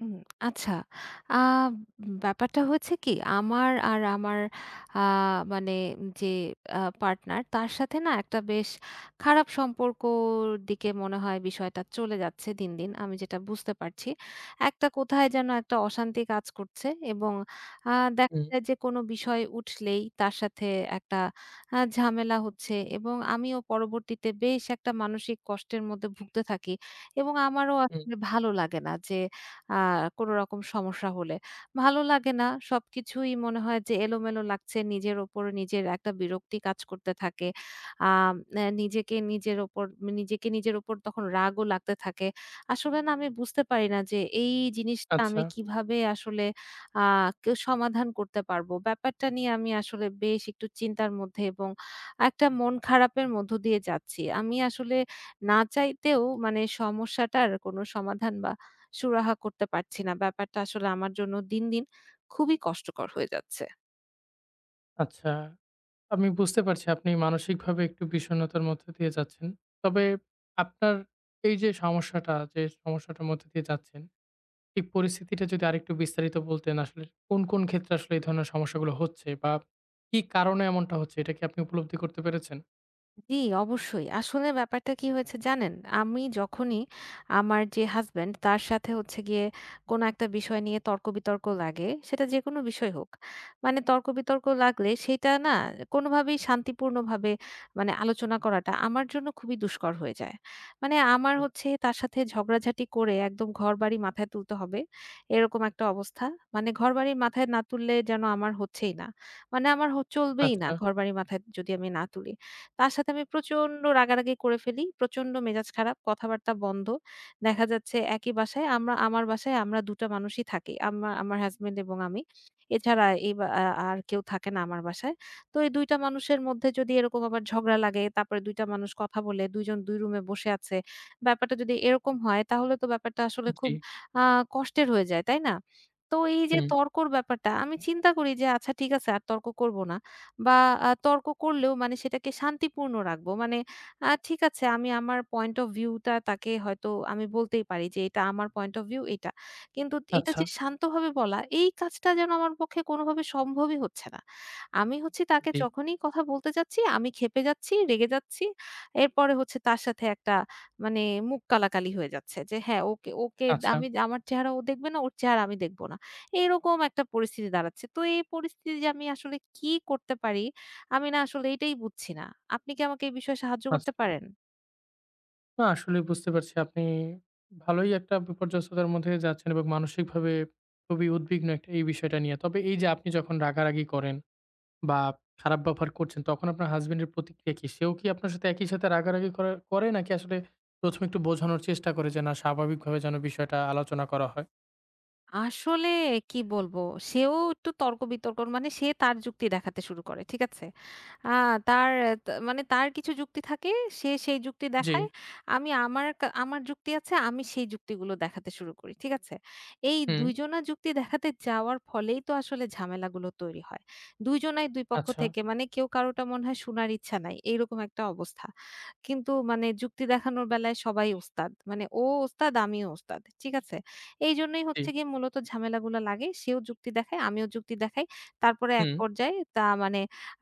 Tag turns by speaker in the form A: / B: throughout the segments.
A: উম আচ্ছা। আ ব্যাপারটা হচ্ছে কি, আমার আর আমার আ মানে যে আ পার্টনার, তার সাথে না একটা বেশ খারাপ সম্পর্কর দিকে মনে হয় বিষয়টা চলে যাচ্ছে দিন, দিন। আমি যেটা বুঝতে পারছি। একটা কোথায় যেন একটা অশান্তি কাজ করছে এবং আ দেখা
B: হুম,
A: যায় যে কোনো বিষয় উঠলেই তার সাথে একটা ঝামেলা হচ্ছে এবং আমিও পরবর্তীতে বেশ একটা মানসিক কষ্টের মধ্যে ভুগতে থাকি এবং আমারও
B: হুম।
A: আসলে ভালো লাগে না যে আ কোনো রকম সমস্যা হলে। ভালো লাগে না। সবকিছুই মনে হয় যে এলোমেলো লাগছে। নিজের ওপর নিজের একটা বিরক্তি কাজ করতে থাকে। আম অ্যা নিজেকে নিজের ওপর নিজেকে নিজের ওপর তখন রাগও লাগতে থাকে। আসলে না আমি বুঝতে পারি না যে এই জিনিসটা
B: আচ্ছা,
A: আমি কিভাবে আসলে আ কেউ সমাধান করতে পারবো। ব্যাপারটা নিয়ে আমি আসলে বেশ একটু চিন্তার মধ্যে এবং একটা মন খারাপের মধ্য দিয়ে যাচ্ছি। আমি আসলে না চাইতেও মানে সমস্যাটার কোনো সমাধান বা সুরাহা করতে পারছি না। ব্যাপারটা আসলে আমার জন্য দিন, দিন খুবই কষ্টকর হয়ে যাচ্ছে।
B: আচ্ছা। আমি বুঝতে পারছি আপনি মানসিকভাবে একটু বিষণ্ণতার মধ্য দিয়ে যাচ্ছেন। তবে আপনার এই যে সমস্যাটা, যে সমস্যাটার মধ্য দিয়ে যাচ্ছেন, এই পরিস্থিতিটা যদি আরেকটু বিস্তারিত বলতেন আসলে কোন, কোন ক্ষেত্রে আসলে এই ধরনের সমস্যাগুলো হচ্ছে বা কি কারণে এমনটা হচ্ছে এটা কি আপনি উপলব্ধি করতে পেরেছেন?
A: জি, অবশ্যই। আসলে ব্যাপারটা কি হয়েছে জানেন? আমি যখনই আমার যে হাসব্যান্ড তার সাথে হচ্ছে গিয়ে কোনো একটা বিষয় নিয়ে তর্ক-বিতর্ক লাগে, সেটা যেকোনো বিষয় হোক। মানে তর্ক-বিতর্ক লাগলে সেটা না কোনোভাবেই শান্তিপূর্ণভাবে মানে আলোচনা করাটা আমার জন্য খুবই দুষ্কর হয়ে যায়। মানে আমার
B: হুম,
A: হচ্ছে তার সাথে ঝগড়াঝাটি করে একদম ঘরবাড়ি মাথায় তুলতে হবে, এরকম একটা অবস্থা। মানে ঘরবাড়ি মাথায় না তুললে যেন আমার হচ্ছেই না। মানে আমার চলবেই না
B: আচ্ছা,
A: ঘরবাড়ি মাথায় যদি আমি না তুলি। তার সাথে আমি প্রচন্ড রাগারাগি করে ফেলি। প্রচন্ড মেজাজ খারাপ, কথাবার্তা বন্ধ। দেখা যাচ্ছে একই বাসায় আমরা আমার বাসায় আমরা ২ টা মানুষই থাকি। আমার হাসব্যান্ড এবং আমি। এছাড়া এই বা আ আর কেউ থাকে না আমার বাসায়। তো এই ২ টা মানুষের মধ্যে যদি এরকম আবার ঝগড়া লাগে, তারপরে ২ টা মানুষ কথা বলে, ২ জন ২ রুমে বসে আছে। ব্যাপারটা যদি এরকম হয় তাহলে তো ব্যাপারটা আসলে
B: জি,
A: খুব আ কষ্টের হয়ে যায়, তাই না? তো এই যে
B: হুম,
A: তর্কর ব্যাপারটা আমি চিন্তা করি যে আচ্ছা ঠিক আছে আর তর্ক করব না। বা আ তর্ক করলেও মানে সেটাকে শান্তিপূর্ণ রাখবো। মানে ঠিক আছে আমি আমার পয়েন্ট অফ ভিউ টা তাকে হয়তো আমি বলতেই পারি যে এটা আমার পয়েন্ট অফ ভিউ এটা। কিন্তু এটা
B: আচ্ছা,
A: যে শান্তভাবে বলা এই কাজটা যেন আমার পক্ষে কোনোভাবে সম্ভবই হচ্ছে না। আমি হচ্ছে তাকে
B: জি,
A: যখনই কথা বলতে যাচ্ছি আমি ক্ষেপে যাচ্ছি, রেগে যাচ্ছি। এরপরে হচ্ছে তার সাথে একটা মানে মুখ কালাকালি হয়ে যাচ্ছে যে হ্যাঁ ওকে, ওকে
B: আচ্ছা,
A: আমি আমার চেহারা ও দেখবে না, ওর চেহারা আমি দেখব না। এরকম একটা পরিস্থিতি দাঁড়াচ্ছে। তো এই পরিস্থিতি যে আমি আসলে কি করতে পারি? আমি না আসলে এটাই বুঝছি না। আপনি কি আমাকে এই বিষয়ে সাহায্য করতে
B: আচ্ছা।
A: পারেন?
B: না আসলে বুঝতে পারছি আপনি ভালোই একটা বিপর্যস্ততার মধ্যে যাচ্ছেন এবং মানসিকভাবে খুবই উদ্বিগ্ন একটা এই বিষয়টা নিয়ে। তবে এই যে আপনি যখন রাগারাগি করেন বা খারাপ ব্যবহার করছেন তখন আপনার হাসব্যান্ডের প্রতিক্রিয়া কি? সেও কি আপনার সাথে একই সাথে রাগারাগি করা করে নাকি আসলে ১ম এ একটু বোঝানোর চেষ্টা করে যে না স্বাভাবিকভাবে যেন বিষয়টা আলোচনা করা হয়?
A: আসলে কি বলবো? সেও একটু তর্ক-বিতর্ক মানে সে তার যুক্তি দেখাতে শুরু করে। ঠিক আছে? আ তার আহ, তা মানে তার কিছু যুক্তি থাকে, সে সেই যুক্তি
B: জি,
A: দেখায়। আমি আমার কা আমার যুক্তি আছে, আমি সেই যুক্তিগুলো দেখাতে শুরু করি। ঠিক আছে? এই
B: হুম,
A: ২ জনার যুক্তি দেখাতে যাওয়ার ফলেই তো আসলে ঝামেলাগুলো তৈরি হয়। ২ জনাই ২ পক্ষ
B: আচ্ছা,
A: থেকে মানে কেউ কারোটা মনে হয় শুনার ইচ্ছা নাই। এইরকম একটা অবস্থা। কিন্তু মানে যুক্তি দেখানোর বেলায় সবাই ওস্তাদ। মানে ও ওস্তাদ, আমিও ওস্তাদ। ঠিক আছে? এইজন্যই
B: জি,
A: হচ্ছে গিয়ে মূলত ঝামেলাগুলা লাগে। সেও যুক্তি দেখায়, আমিও যুক্তি দেখাই। তারপরে এক
B: হুম,
A: পর্যায়ে তা মানে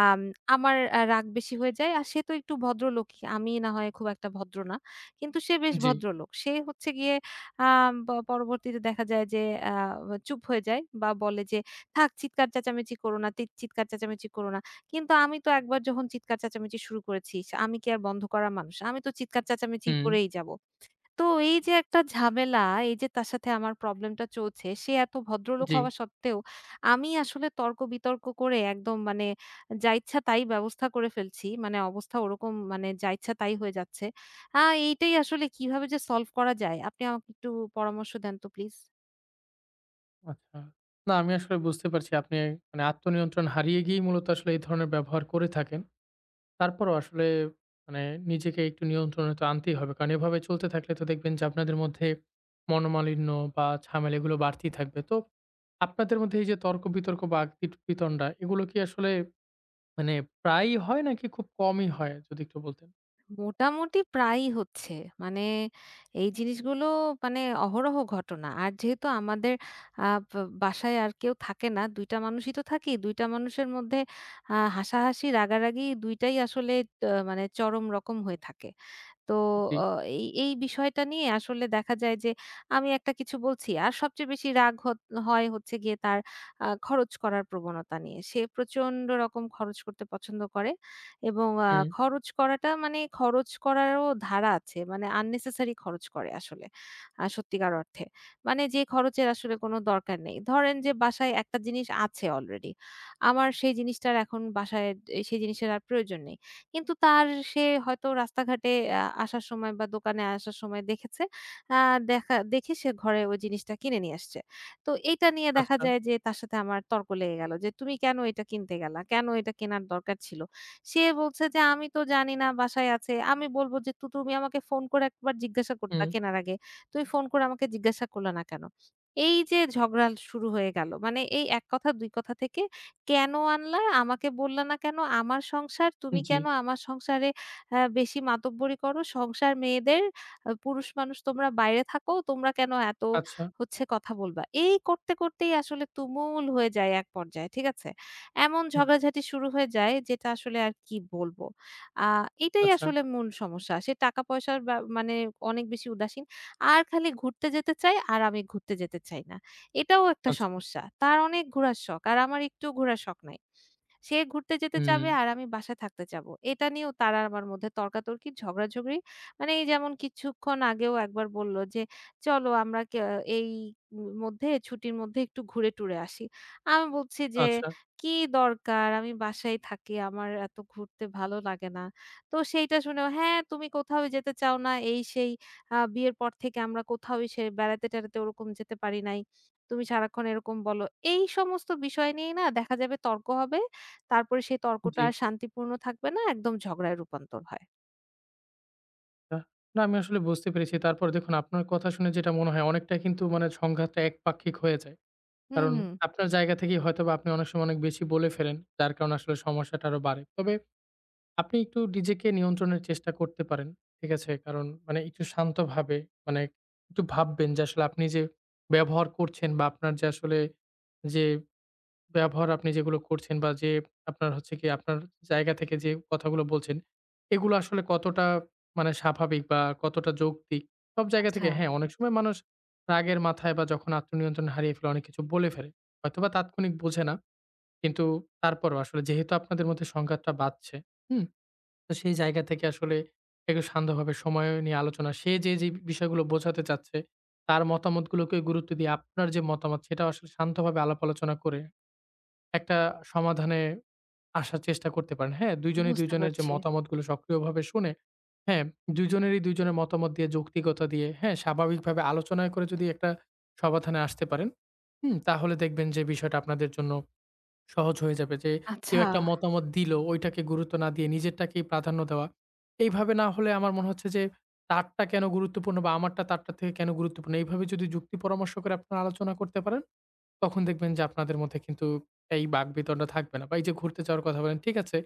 A: আম আমার রাগ বেশি হয়ে যায়। আর সে তো একটু ভদ্রলোকই। আমি না হয় খুব একটা ভদ্র না। কিন্তু সে বেশ
B: জি,
A: ভদ্রলোক। সে হচ্ছে গিয়ে আ প পরবর্তীতে দেখা যায় যে আ চুপ হয়ে যায় বা বলে যে, "থাক চিৎকার চেঁচামেচি করো না, চিৎকার চেঁচামেচি করো না।" কিন্তু আমি তো একবার যখন চিৎকার চেঁচামেচি শুরু করেছি, আমি কি আর বন্ধ করার মানুষ? আমি তো চিৎকার চেঁচামেচি
B: হুম,
A: করেই যাব। তো এই যে একটা ঝামেলা, এই যে তার সাথে আমার প্রবলেমটা চলছে, সে এত ভদ্রলোক
B: জি,
A: হওয়া সত্ত্বেও আমি আসলে তর্ক-বিতর্ক করে একদম মানে যা ইচ্ছা তাই ব্যবস্থা করে ফেলছি। মানে অবস্থা ওরকম মানে যা ইচ্ছা তাই হয়ে যাচ্ছে। আ এইটাই আসলে কিভাবে যে সলভ করা যায়? আপনি আমাকে একটু পরামর্শ দেন তো প্লিজ।
B: আচ্ছা। না আমি আসলে বুঝতে পারছি আপনি আত্মনিয়ন্ত্রণ হারিয়ে গিয়েই মূলত আসলে এই ধরনের ব্যবহার করে থাকেন। তারপরও আসলে মানে নিজেকে একটু নিয়ন্ত্রণে তো আনতেই হবে। কারণ এভাবে চলতে থাকলে তো দেখবেন যে আপনাদের মধ্যে মনোমালিন্য বা ঝামেলা এগুলো বাড়তেই থাকবে। তো আপনাদের মধ্যে এই যে তর্ক-বিতর্ক বা আগ-পিট-পিতণ্ডা এগুলো কি আসলে মানে প্রায়ই হয় নাকি খুব কমই হয়? যদি একটু বলতেন।
A: মোটামুটি প্রায়ই হচ্ছে। মানে এই জিনিসগুলো মানে অহরহ ঘটনা। আর যেহেতু আমাদের আ বা বাসায় আর কেউ থাকে না। ২ টা মানুষই তো থাকি। ২ টা মানুষের মধ্যে হাসাহাসি, রাগারাগি ২ টাই আসলে ট মানে চরম রকম হয়ে থাকে। তো
B: জি।
A: অ এই এই বিষয়টা নিয়ে আসলে দেখা যায় যে আমি একটা কিছু বলছি। আর সবচেয়ে বেশি রাগ হত হয় হচ্ছে গিয়ে তার খরচ করার প্রবণতা নিয়ে। সে প্রচন্ড রকম খরচ করতে পছন্দ করে এবং
B: হুম।
A: খরচ করাটা মানে খরচ করারও ধারা আছে। মানে unnecessary খরচ করে আসলে। সত্যিকার অর্থে। মানে যে খরচের আসলে কোনো দরকার নেই। ধরেন যে বাসায় একটা জিনিস আছে অলরেডি। আমার সেই জিনিসটার এখন বাসায় সেই জিনিসের আর প্রয়োজন নেই। কিন্তু তার সে হয়তো রাস্তাঘাটে আসার সময় বা দোকানে আসার সময় দেখেছে। আ দেখা দেখে সে ঘরে ওই জিনিসটা কিনে নিয়ে আসছে। তো এইটা নিয়ে দেখা
B: আচ্ছা।
A: যায় যে তার সাথে আমার তর্ক লেগে গেল যে, "তুমি কেন এটা কিনতে গেলা? কেন এটা কেনার দরকার ছিল?" সে বলছে যে, "আমি তো জানি না বাসায় আছে।" আমি বলব যে, তুমি আমাকে ফোন করে একবার জিজ্ঞাসা করতা
B: হুম।
A: কেনার আগে। তুমি ফোন করে আমাকে জিজ্ঞাসা করলা না কেন?" এই যে ঝগড়া শুরু হয়ে গেল। মানে এই এক কথা দুই কথা থেকে কেন আনলা? আমাকে বললা না কেন? আমার সংসার। তুমি
B: জি।
A: কেন আমার সংসারে বেশি মাতব্বরি করো? সংসার মেয়েদের, পুরুষ মানুষ তোমরা বাইরে থাকো। তোমরা কেন এত
B: আচ্ছা।
A: হচ্ছে কথা বলবা? এই করতে, করতেই আসলে তুমুল হয়ে যায় এক পর্যায়ে। ঠিক আছে? এমন
B: হুম।
A: ঝগড়াঝাটি শুরু হয়ে যায় যেটা আসলে আর কি বলবো? আ এটাই
B: আচ্ছা,
A: আসলে মূল সমস্যা। সে টাকা-পয়সার ব্যা মানে অনেক বেশি উদাসীন। আর খালি ঘুরতে যেতে চায় আর আমি ঘুরতে যেতে চাই না। এটাও একটা
B: আচ্ছা।
A: সমস্যা। তার অনেক ঘোরার শখ। আর আমার একটুও ঘোরার শখ নাই। সে ঘুরতে যেতে
B: হুম।
A: চাবে আর আমি বাসায় থাকতে চাবো। এটা নিয়েও তার আর আমার মধ্যে তর্কাতর্কি, ঝগড়াঝগড়ি। মানে এই যেমন কিছুক্ষণ আগেও একবার বলল যে, "চলো আমরা এই মধ্যে ছুটির মধ্যে একটু ঘুরে টুরে আসি।" আমি বলছি যে,
B: আচ্ছা।
A: "কি দরকার? আমি বাসায় থাকি। আমার এত ঘুরতে ভালো লাগে না।" তো সেইটা শুনেও, "হ্যাঁ, তুমি কোথাও যেতে চাও না। এই সেই বিয়ের পর থেকে আমরা কোথাওই সে বেড়াতে-টেড়াতে ওরকম যেতে পারি নাই। তুমি সারাক্ষণ এরকম বলো।" এই সমস্ত বিষয় নিয়েই না দেখা যাবে তর্ক হবে। তারপরে সেই তর্কটা
B: জি।
A: আর শান্তিপূর্ণ থাকবে না, একদম ঝগড়ায় রূপান্তর হয়।
B: আ না আমি আসলে বুঝতে পেরেছি। তারপর দেখুন আপনার কথা শুনে যেটা মনে হয় অনেকটা কিন্তু মানে সংঘাতটা একপাক্ষিক হয়ে যায়।
A: হুম,
B: কারণ
A: হুম।
B: আপনার জায়গা থেকেই হয়তোবা আপনি অনেক সময় অনেক বেশি বলে ফেলেন। যার কারণে আসলে সমস্যাটা আরো বাড়ে। তবে আপনি একটু নিজেকে নিয়ন্ত্রণের চেষ্টা করতে পারেন। ঠিক আছে? কারণ মানে একটু শান্তভাবে মানে একটু ভাববেন যে আসলে আপনি যে ব্যবহার করছেন বা আপনার যে আসলে যে ব্যবহার আপনি যেগুলো করছেন বা যে আপনার হচ্ছে গিয়ে আপনার জায়গা থেকে যে কথাগুলো বলছেন, এগুলো আসলে কতটা মানে স্বাভাবিক বা কতটা যৌক্তিক? সব জায়গা
A: আচ্ছা,
B: থেকে হ্যাঁ, অনেক সময় মানুষ রাগের মাথায় বা যখন আত্মনিয়ন্ত্রণ হারিয়ে ফেলে অনেক কিছু বলে ফেলে। হয়তোবা তাৎক্ষণিক বোঝে না। কিন্তু তারপরও আসলে যেহেতু আপনাদের মধ্যে সংঘাতটা বাধছে, হুম? তো সেই জায়গা থেকে আসলে একটু শান্তভাবে সময় নিয়ে আলোচনা। যে বিষয়গুলো বোঝাতে চাচ্ছে, তার মতামতগুলোকে গুরুত্ব দিয়ে আপনার যে মতামত সেটাও আসলে শান্তভাবে আলাপ আলোচনা করে একটা সমাধানে আসার চেষ্টা করতে পারেন। হ্যাঁ, দুইজনই
A: বুঝতে
B: দুইজনের যে
A: পারছি।
B: মতামতগুলো সক্রিয়ভাবে শুনে, হ্যাঁ, দুইজনেরই দুইজনের মতামত দিয়ে যৌক্তিকতা দিয়ে, হ্যাঁ, স্বাভাবিকভাবে আলোচনা করে যদি একটা সমাধানে আসতে পারেন, হুম? তাহলে দেখবেন যে বিষয়টা আপনাদের জন্য সহজ হয়ে যাবে যে কেউ
A: আচ্ছা।
B: একটা মতামত দিল ওইটাকে গুরুত্ব না দিয়ে নিজেরটাকেই প্রাধান্য দেওয়া। এইভাবে না হলে আমার মনে হচ্ছে যে তারটা কেন গুরুত্বপূর্ণ বা আমারটা তারটা থেকে কেন গুরুত্বপূর্ণ এইভাবে যদি যুক্তি পরামর্শ করে আপনারা আলোচনা করতে পারেন তখন দেখবেন যে আপনাদের মধ্যে কিন্তু এই বাকবিতণ্ডা থাকবে না। বা এই যে ঘুরতে যাওয়ার কথা বলেন, ঠিক আছে।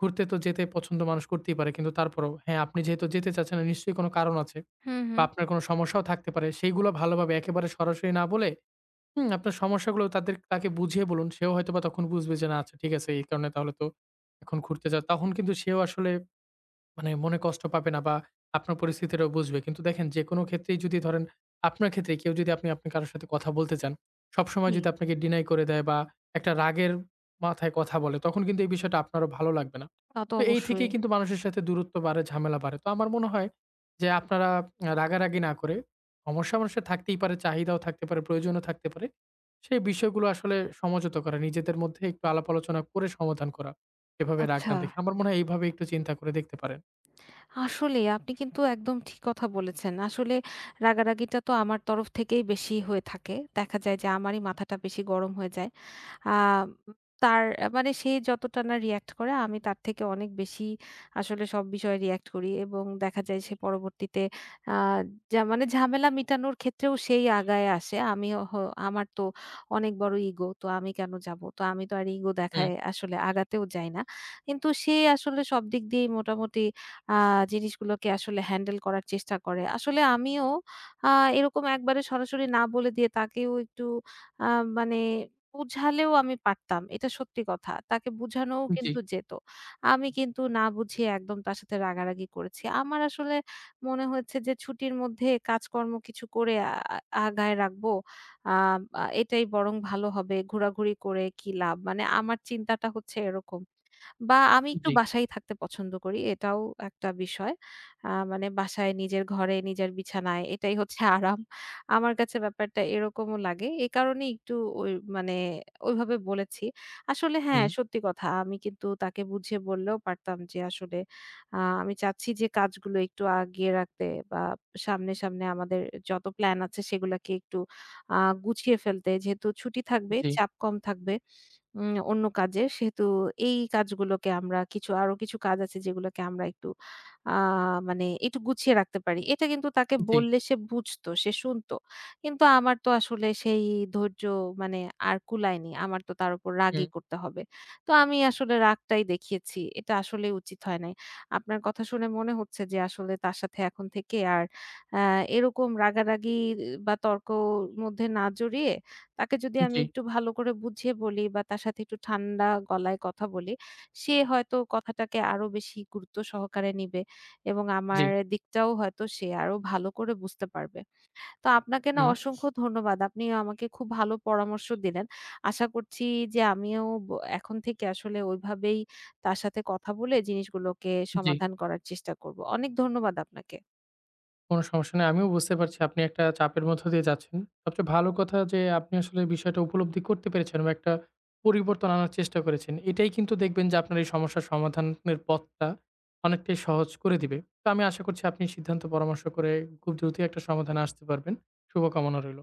B: ঘুরতে তো যেতে পছন্দ মানুষ করতেই পারে। কিন্তু তারপরেও হ্যাঁ, আপনি যেহেতু যেতে চাচ্ছেন না নিশ্চয়ই কোনো কারণ আছে
A: হুম,
B: বা
A: হুম।
B: আপনার কোনো সমস্যাও থাকতে পারে। সেইগুলো ভালোভাবে একেবারে সরাসরি না বলে হুম, আপনার সমস্যাগুলো তাকে বুঝিয়ে বলুন। সেও হয়তোবা তখন বুঝবে যে না আচ্ছা ঠিক আছে এই কারণে তাহলে তো এখন ঘুরতে যাওয়া তখন কিন্তু সেও আসলে মানে মনে কষ্ট পাবে না বা আপনার পরিস্থিতিটাও বুঝবে। কিন্তু দেখেন যেকোনো ক্ষেত্রেই যদি ধরেন আপনার ক্ষেত্রে কেউ যদি আপনি আপনি কারো সাথে কথা বলতে চান, সবসময়
A: জি,
B: যদি আপনাকে ডিনাই করে দেয় বা একটা রাগের মাথায় কথা বলে, তখন কিন্তু এই বিষয়টা আপনারও ভালো লাগবে না।
A: তা তো
B: তো এই
A: অবশ্যই।
B: থেকেই কিন্তু মানুষের সাথে দূরত্ব বাড়ে, ঝামেলা বাড়ে। তো আমার মনে হয় যে আপনারা রাগারাগি না করে, সমস্যা মানুষের থাকতেই পারে, চাহিদাও থাকতে পারে, প্রয়োজনও থাকতে পারে। সেই বিষয়গুলো আসলে সমঝোত করা, নিজেদের মধ্যে একটু আলাপ আলোচনা করে সমাধান করা। এভাবে রাগ
A: আচ্ছা।
B: না দেখে। আমার মনে হয় এইভাবে একটু চিন্তা করে দেখতে পারেন।
A: আসলেই আপনি কিন্তু একদম ঠিক কথা বলেছেন। আসলে রাগারাগিটা তো আমার তরফ থেকেই বেশি হয়ে থাকে। দেখা যায় যে আমারই মাথাটা বেশি গরম হয়ে যায়। আ তার মানে সে যতটা না রিঅ্যাক্ট করে আমি তার থেকে অনেক বেশি আসলে সব বিষয়ে রিঅ্যাক্ট করি এবং দেখা যায় সে পরবর্তীতে আ যা মানে ঝামেলা মিটানোর ক্ষেত্রেও সেই আগায় আসে। আমি হ আমার তো অনেক বড় ইগো তো আমি কেন যাবো? তো আমি তো আর ইগো
B: হুম,
A: দেখায় আসলে আগাতেও যাই না। কিন্তু সে আসলে সব দিক দিয়েই মোটামুটি আ জিনিসগুলোকে আসলে হ্যান্ডেল করার চেষ্টা করে। আসলে আমিও আ এরকম একবারে সরাসরি না বলে দিয়ে তাকেও একটু আ মানে বুঝালেও আমি পারতাম। এটা সত্যি কথা। তাকে বুঝানোও
B: জি,
A: কিন্তু যেত। আমি কিন্তু না বুঝিয়ে একদম তার সাথে রাগারাগি করেছি। আমার আসলে মনে হয়েছে যে ছুটির মধ্যে কাজকর্ম কিছু করে আ আ- আগায় রাখবো। আ আ এটাই বরং ভালো হবে। ঘোরাঘুরি করে কি লাভ? মানে আমার চিন্তাটা হচ্ছে এরকম। বা আমি একটু
B: জি,
A: বাসায় থাকতে পছন্দ করি। এটাও একটা বিষয়। মানে বাসায় নিজের ঘরে, নিজের বিছানায় এটাই হচ্ছে আরাম। আমার কাছে ব্যাপারটা এরকমও লাগে। এ কারণেই একটু ওই মানে ওইভাবে বলেছি। আসলে হ্যাঁ,
B: হুম,
A: সত্যি কথা। আমি কিন্তু তাকে বুঝিয়ে বললেও পারতাম যে আসলে আমি চাচ্ছি যে কাজগুলো একটু আগিয়ে রাখতে বা সামনে, সামনে আমাদের যত প্ল্যান আছে সেগুলাকে একটু আ গুছিয়ে ফেলতে। যেহেতু ছুটি থাকবে,
B: জি,
A: চাপ কম থাকবে। অন্য কাজে। সেহেতু এই কাজগুলোকে আমরা কিছু আরো কিছু কাজ আছে যেগুলোকে আমরা একটু আ মানে একটু গুছিয়ে রাখতে পারি। এটা কিন্তু তাকে
B: জি,
A: বললে সে বুঝতো, সে শুনতো। কিন্তু আমার তো আসলে সেই ধৈর্য মানে আর কুলায়নি। আমার তো তার উপর রাগই
B: হুম,
A: করতে হবে। তো আমি আসলে রাগটাই দেখিয়েছি। এটা আসলে উচিত হয় নাই। আপনার কথা শুনে মনে হচ্ছে যে আসলে তার সাথে এখন থেকে আর আ এরকম রাগারাগি বা তর্কর মধ্যে না জড়িয়ে তাকে যদি আমি
B: জি,
A: একটু ভালো করে বুঝিয়ে বলি বা তার সাথে একটু ঠান্ডা গলায় কথা বলি, সে হয়তো কথাটাকে আরো বেশি গুরুত্ব সহকারে নিবে এবং
B: জি,
A: আমার দিকটাও হয়তো সে আরো ভালো করে বুঝতে পারবে। তো আপনাকে না
B: হুম,
A: অসংখ্য ধন্যবাদ। আপনি আমাকে খুব ভালো পরামর্শ দিলেন। আশা করছি যে আমিও এখন থেকে আসলে ওইভাবেই তার সাথে কথা বলে জিনিসগুলোকে
B: জি।
A: সমাধান করার চেষ্টা করব। অনেক ধন্যবাদ আপনাকে।
B: কোনো সমস্যা নেই। আমিও বুঝতে পারছি আপনি একটা চাপের মধ্য দিয়ে যাচ্ছেন। সবচেয়ে ভালো কথা যে আপনি আসলে বিষয়টা উপলব্ধি করতে পেরেছেন বা একটা পরিবর্তন আনার চেষ্টা করেছেন। এটাই কিন্তু দেখবেন যে আপনার এই সমস্যার সমাধানের পথটা অনেকটাই সহজ করে দিবে। তো আমি আশা করছি আপনি সিদ্ধান্ত পরামর্শ করে খুব দ্রুতই একটা সমাধানে আসতে পারবেন। শুভকামনা রইল।